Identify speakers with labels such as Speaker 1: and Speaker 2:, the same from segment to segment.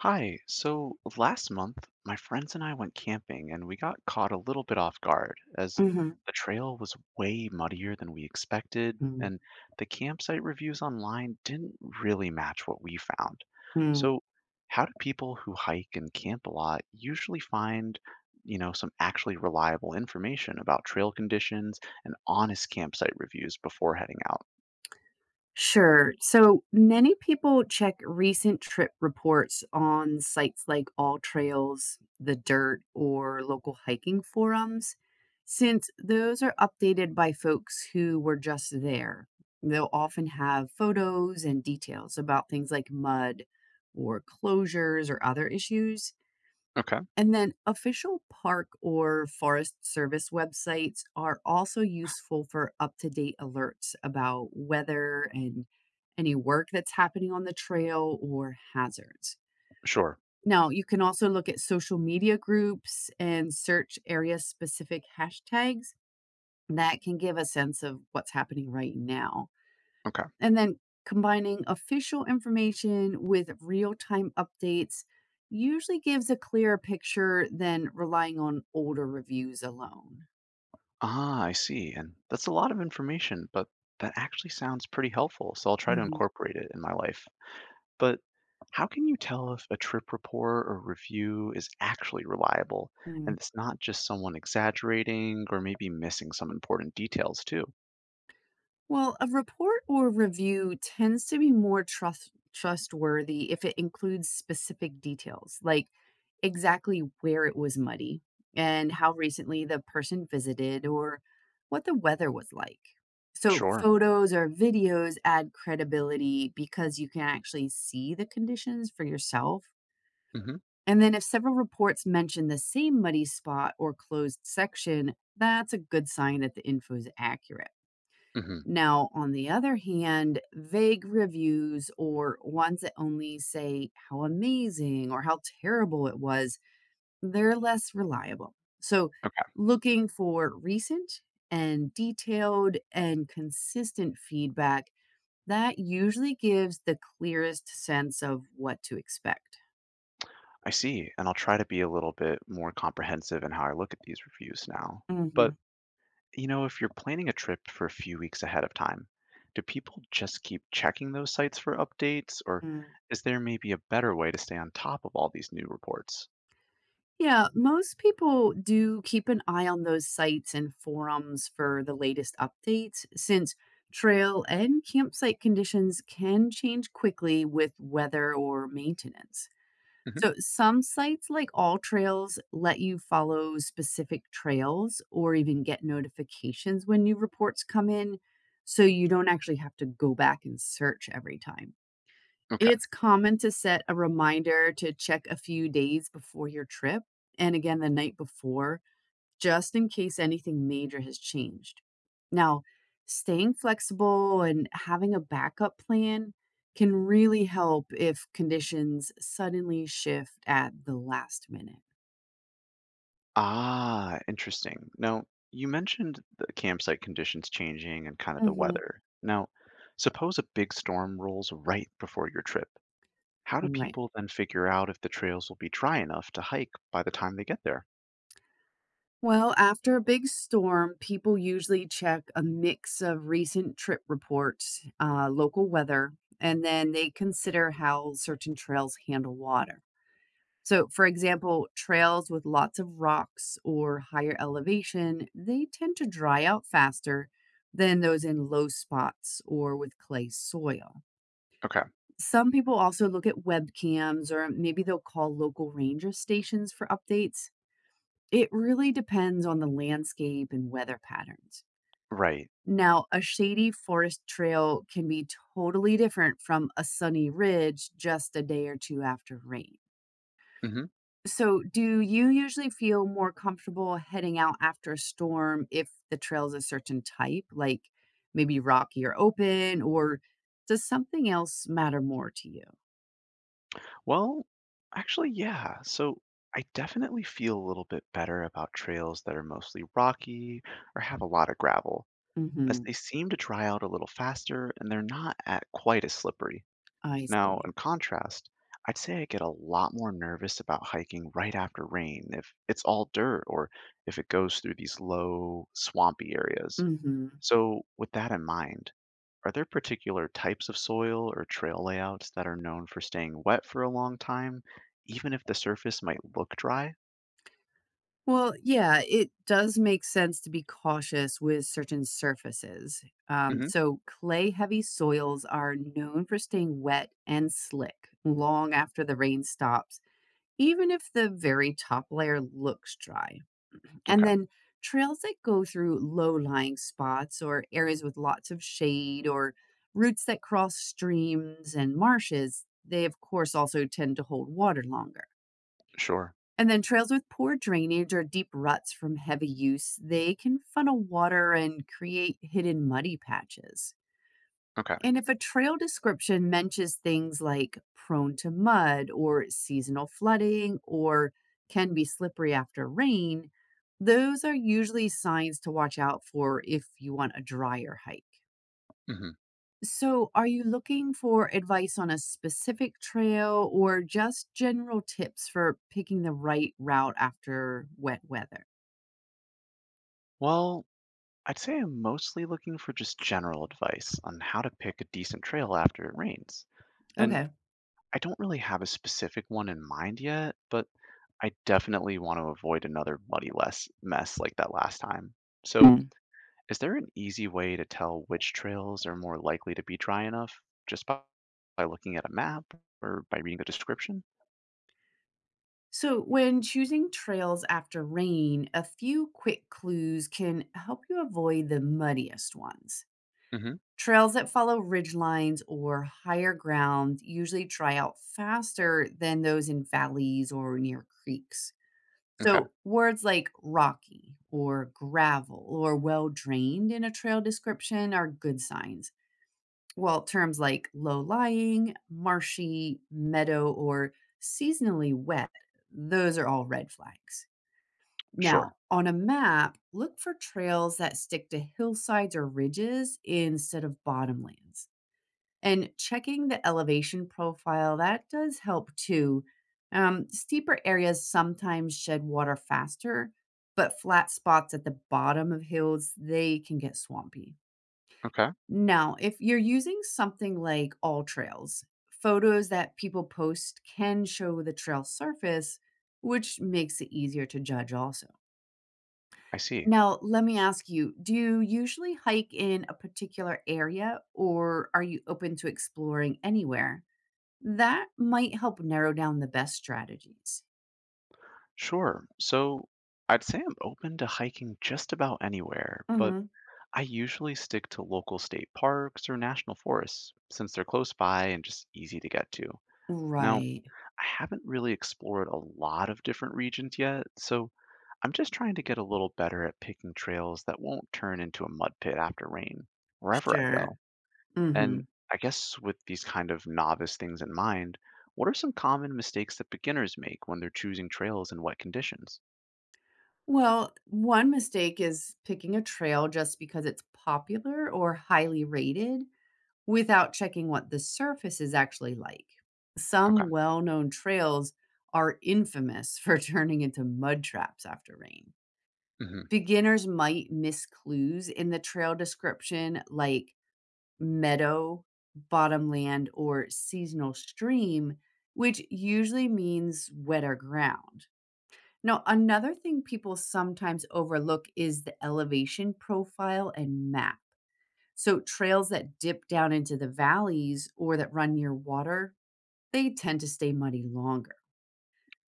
Speaker 1: Hi. So last month, my friends and I went camping and we got caught a little bit off guard as
Speaker 2: Mhm,
Speaker 1: the trail was way muddier than we expected,
Speaker 2: mm,
Speaker 1: and the campsite reviews online didn't really match what we found.
Speaker 2: mm.
Speaker 1: So, how do people who hike and camp a lot usually find, some actually reliable information about trail conditions and honest campsite reviews before heading out?
Speaker 2: Sure. So many people check recent trip reports on sites like All Trails, The Dirt, or local hiking forums, since those are updated by folks who were just there. They'll often have photos and details about things like mud or closures or other issues.
Speaker 1: Okay,
Speaker 2: And then official park or forest service websites are also useful for up to date alerts about weather and any work that's happening on the trail or hazards.
Speaker 1: sure.
Speaker 2: Now, you can also look at social media groups and search area specific hashtags that can give a sense of what's happening right now.
Speaker 1: Okay.
Speaker 2: And then combining official information with real time updates usually gives a clearer picture than relying on older reviews alone.
Speaker 1: Ah, I see. And that's a lot of information, but that actually sounds pretty helpful. So I'll try to
Speaker 2: Hmm.
Speaker 1: incorporate it in my life. But how can you tell if a trip report or review is actually reliable and it's not just someone exaggerating or maybe missing some important details too?
Speaker 2: Well, a report or review tends to be more trustworthy if it includes specific details, like exactly where it was muddy and how recently the person visited or what the weather was like. So,
Speaker 1: Sure.
Speaker 2: photos or videos add credibility because you can actually see the conditions for yourself.
Speaker 1: Hmm.
Speaker 2: And then, if several reports mention the same muddy spot or closed section, that's a good sign that the info is accurate.
Speaker 1: Hmm.
Speaker 2: Now, on the other hand, vague reviews or ones that only say how amazing or how terrible it was, they're less reliable. So,
Speaker 1: Okay.
Speaker 2: looking for recent and detailed and consistent feedback that usually gives the clearest sense of what to expect.
Speaker 1: I see. And I'll try to be a little bit more comprehensive in how I look at these reviews now. But
Speaker 2: Mhm.
Speaker 1: you know, if you're planning a trip for a few weeks ahead of time, do people just keep checking those sites for updates, or
Speaker 2: mm.
Speaker 1: is there maybe a better way to stay on top of all these new reports?
Speaker 2: Yeah, most people do keep an eye on those sites and forums for the latest updates since trail and campsite conditions can change quickly with weather or maintenance.
Speaker 1: Hmm.
Speaker 2: So, some sites like All Trails let you follow specific trails or even get notifications when new reports come in, so you don't actually have to go back and search every time.
Speaker 1: Okay.
Speaker 2: It's common to set a reminder to check a few days before your trip and again the night before, just in case anything major has changed. Now, staying flexible and having a backup plan can really help if conditions suddenly shift at the last minute.
Speaker 1: Ah, interesting. Now, you mentioned the campsite conditions changing and kind of the
Speaker 2: Hmm.
Speaker 1: weather. Now, suppose a big storm rolls right before your trip. How do
Speaker 2: Right.
Speaker 1: people then figure out if the trails will be dry enough to hike by the time they get there?
Speaker 2: Well, after a big storm, people usually check a mix of recent trip reports, local weather, and then they consider how certain trails handle water. So, for example, trails with lots of rocks or higher elevation, they tend to dry out faster than those in low spots or with clay soil.
Speaker 1: Okay.
Speaker 2: Some people also look at webcams or maybe they'll call local ranger stations for updates. It really depends on the landscape and weather patterns.
Speaker 1: Right.
Speaker 2: Now, a shady forest trail can be totally different from a sunny ridge just a day or two after rain.
Speaker 1: Hmm.
Speaker 2: So, do you usually feel more comfortable heading out after a storm if the trail's a certain type, like maybe rocky or open, or does something else matter more to you?
Speaker 1: Well, actually, yeah. So I definitely feel a little bit better about trails that are mostly rocky or have a lot of gravel, as
Speaker 2: Hmm.
Speaker 1: they seem to dry out a little faster and they're not at quite as slippery.
Speaker 2: I
Speaker 1: Now,
Speaker 2: see.
Speaker 1: in contrast, I'd say I get a lot more nervous about hiking right after rain if it's all dirt or if it goes through these low, swampy areas.
Speaker 2: Hmm.
Speaker 1: So, with that in mind, are there particular types of soil or trail layouts that are known for staying wet for a long time, even if the surface might look dry?
Speaker 2: Well, yeah, it does make sense to be cautious with certain surfaces. Um,
Speaker 1: Hmm.
Speaker 2: so, clay heavy soils are known for staying wet and slick long after the rain stops, even if the very top layer looks dry. And
Speaker 1: Okay,
Speaker 2: then trails that go through low lying spots or areas with lots of shade or routes that cross streams and marshes, they of course also tend to hold water longer.
Speaker 1: sure.
Speaker 2: And then trails with poor drainage or deep ruts from heavy use, they can funnel water and create hidden muddy patches.
Speaker 1: Okay.
Speaker 2: And if a trail description mentions things like prone to mud or seasonal flooding or can be slippery after rain, those are usually signs to watch out for if you want a drier hike.
Speaker 1: Hmm.
Speaker 2: So, are you looking for advice on a specific trail or just general tips for picking the right route after wet weather?
Speaker 1: Well, I'd say I'm mostly looking for just general advice on how to pick a decent trail after it rains. And
Speaker 2: Okay.
Speaker 1: I don't really have a specific one in mind yet, but I definitely want to avoid another muddy less mess like that last time. So,
Speaker 2: Mm.
Speaker 1: is there an easy way to tell which trails are more likely to be dry enough just by looking at a map or by reading the description?
Speaker 2: So, when choosing trails after rain, a few quick clues can help you avoid the muddiest ones.
Speaker 1: Hmm.
Speaker 2: Trails that follow ridgelines or higher ground usually dry out faster than those in valleys or near creeks.
Speaker 1: Okay,
Speaker 2: So, words like rocky or gravel or well drained in a trail description are good signs, while terms like low lying, marshy, meadow, or seasonally wet, those are all red flags.
Speaker 1: sure.
Speaker 2: Now, on a map, look for trails that stick to hillsides or ridges instead of bottomlands, and checking the elevation profile that does help too. Steeper areas sometimes shed water faster, but flat spots at the bottom of hills they can get swampy.
Speaker 1: Okay,
Speaker 2: Now, if you're using something like All Trails, photos that people post can show the trail surface, which makes it easier to judge also.
Speaker 1: I see.
Speaker 2: Now, let me ask you, do you usually hike in a particular area or are you open to exploring anywhere? That might help narrow down the best strategies.
Speaker 1: Sure. So I'd say I'm open to hiking just about anywhere, but
Speaker 2: Mhm.
Speaker 1: I usually stick to local state parks or national forests since they're close by and just easy to get to. Now,
Speaker 2: Right.
Speaker 1: I haven't really explored a lot of different regions yet, so I'm just trying to get a little better at picking trails that won't turn into a mud pit after rain, wherever I go.
Speaker 2: Sure.
Speaker 1: And
Speaker 2: Mhm.
Speaker 1: I guess with these kind of novice things in mind, what are some common mistakes that beginners make when they're choosing trails in wet conditions?
Speaker 2: Well, one mistake is picking a trail just because it's popular or highly rated without checking what the surface is actually like.
Speaker 1: Okay.
Speaker 2: Some well-known trails are infamous for turning into mud traps after rain.
Speaker 1: Hmm.
Speaker 2: Beginners might miss clues in the trail description like meadow, bottomland, or seasonal stream, which usually means wetter ground. Now, another thing people sometimes overlook is the elevation profile and map. So, trails that dip down into the valleys or that run near water, they tend to stay muddy longer.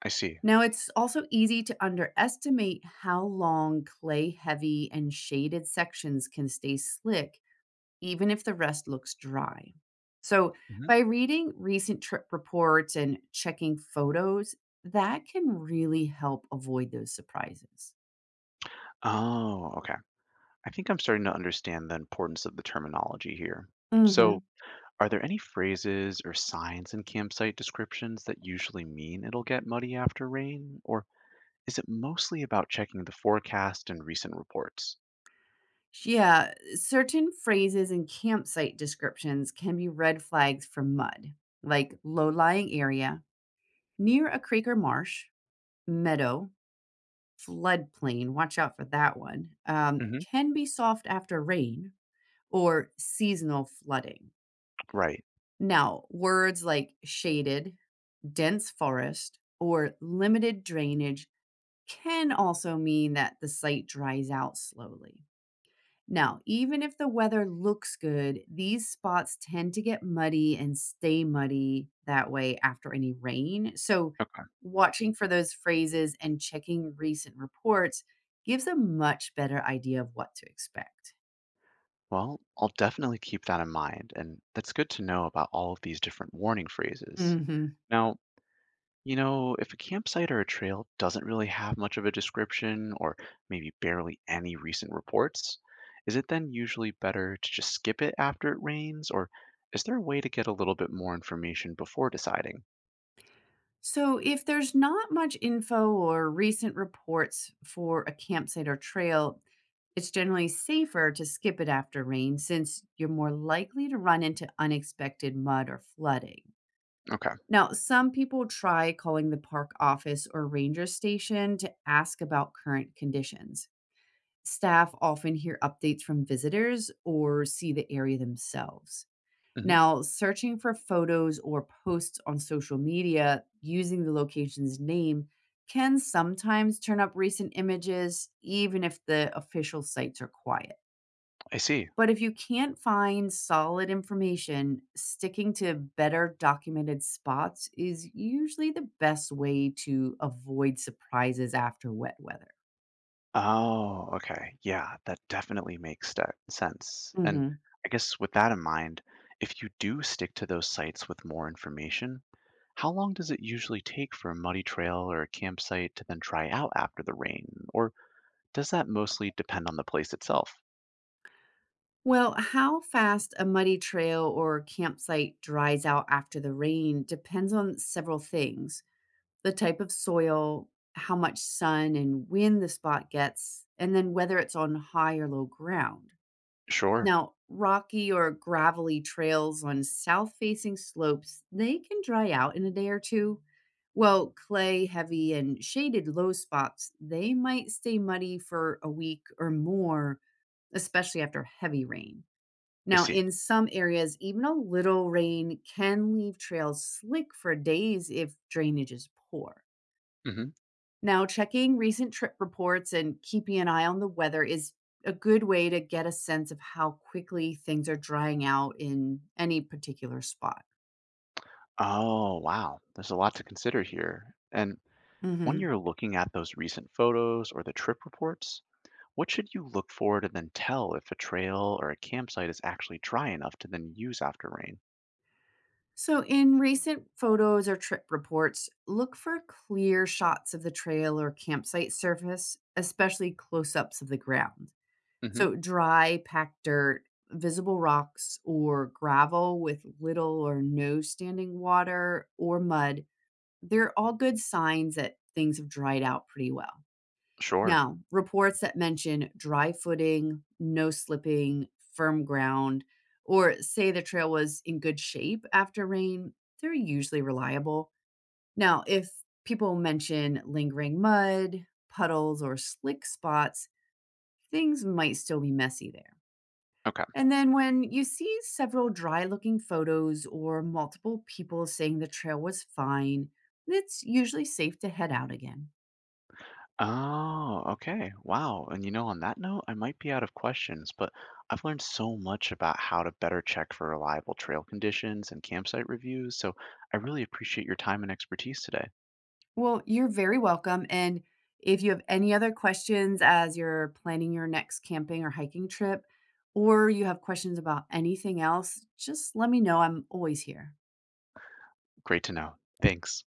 Speaker 1: I see.
Speaker 2: Now, it's also easy to underestimate how long clay heavy and shaded sections can stay slick even if the rest looks dry. So,
Speaker 1: Hmm.
Speaker 2: by reading recent trip reports and checking photos, that can really help avoid those surprises.
Speaker 1: Oh, okay. I think I'm starting to understand the importance of the terminology here. So,
Speaker 2: Hmm.
Speaker 1: are there any phrases or signs in campsite descriptions that usually mean it'll get muddy after rain, or is it mostly about checking the forecast and recent reports?
Speaker 2: Yeah, certain phrases and campsite descriptions can be red flags for mud, like low lying area, near a creek or marsh, meadow, floodplain, watch out for that one,
Speaker 1: Hmm.
Speaker 2: can be soft after rain, or seasonal flooding.
Speaker 1: Right.
Speaker 2: Now, words like shaded, dense forest, or limited drainage can also mean that the site dries out slowly. Now, even if the weather looks good, these spots tend to get muddy and stay muddy that way after any rain. So,
Speaker 1: Okay.
Speaker 2: watching for those phrases and checking recent reports gives a much better idea of what to expect.
Speaker 1: Well, I'll definitely keep that in mind, and that's good to know about all of these different warning phrases.
Speaker 2: Hmm.
Speaker 1: Now, if a campsite or a trail doesn't really have much of a description or maybe barely any recent reports, is it then usually better to just skip it after it rains, or is there a way to get a little bit more information before deciding?
Speaker 2: So, if there's not much info or recent reports for a campsite or trail, it's generally safer to skip it after rain since you're more likely to run into unexpected mud or flooding.
Speaker 1: Okay.
Speaker 2: Now, some people try calling the park office or ranger station to ask about current conditions. Staff often hear updates from visitors or see the area themselves.
Speaker 1: Hmm.
Speaker 2: Now, searching for photos or posts on social media using the location's name can sometimes turn up recent images, even if the official sites are quiet.
Speaker 1: I see.
Speaker 2: But if you can't find solid information, sticking to better documented spots is usually the best way to avoid surprises after wet weather.
Speaker 1: Oh, okay. Yeah, that definitely makes ste sense, and
Speaker 2: Hmm.
Speaker 1: I guess with that in mind, if you do stick to those sites with more information, how long does it usually take for a muddy trail or a campsite to then dry out after the rain, or does that mostly depend on the place itself?
Speaker 2: Well, how fast a muddy trail or campsite dries out after the rain depends on several things: the type of soil, how much sun and wind the spot gets, and then whether it's on high or low ground.
Speaker 1: Sure,
Speaker 2: Now, rocky or gravelly trails on south facing slopes, they can dry out in a day or two. Well, clay heavy and shaded low spots, they might stay muddy for a week or more, especially after heavy rain.
Speaker 1: I
Speaker 2: Now,
Speaker 1: see.
Speaker 2: in some areas, even a little rain can leave trails slick for days if drainage is poor.
Speaker 1: Hmm.
Speaker 2: Now, checking recent trip reports and keeping an eye on the weather is a good way to get a sense of how quickly things are drying out in any particular spot.
Speaker 1: Oh, wow. There's a lot to consider here. And when
Speaker 2: Mhm.
Speaker 1: you're looking at those recent photos or the trip reports, what should you look for to then tell if a trail or a campsite is actually dry enough to then use after rain?
Speaker 2: So, in recent photos or trip reports, look for clear shots of the trail or campsite surface, especially close ups of the ground.
Speaker 1: Hmm.
Speaker 2: So, dry, packed dirt, visible rocks, or gravel with little or no standing water or mud, they're all good signs that things have dried out pretty well.
Speaker 1: Sure.
Speaker 2: Now, reports that mention dry footing, no slipping, firm ground, or say the trail was in good shape after rain, they're usually reliable. Now, if people mention lingering mud, puddles, or slick spots, things might still be messy there.
Speaker 1: Okay.
Speaker 2: And then when you see several dry looking photos or multiple people saying the trail was fine, it's usually safe to head out again.
Speaker 1: Oh, okay. Wow. And on that note, I might be out of questions, but I've learned so much about how to better check for reliable trail conditions and campsite reviews. So I really appreciate your time and expertise today.
Speaker 2: Well, you're very welcome. And if you have any other questions as you're planning your next camping or hiking trip, or you have questions about anything else, just let me know. I'm always here.
Speaker 1: Great to know. Thanks.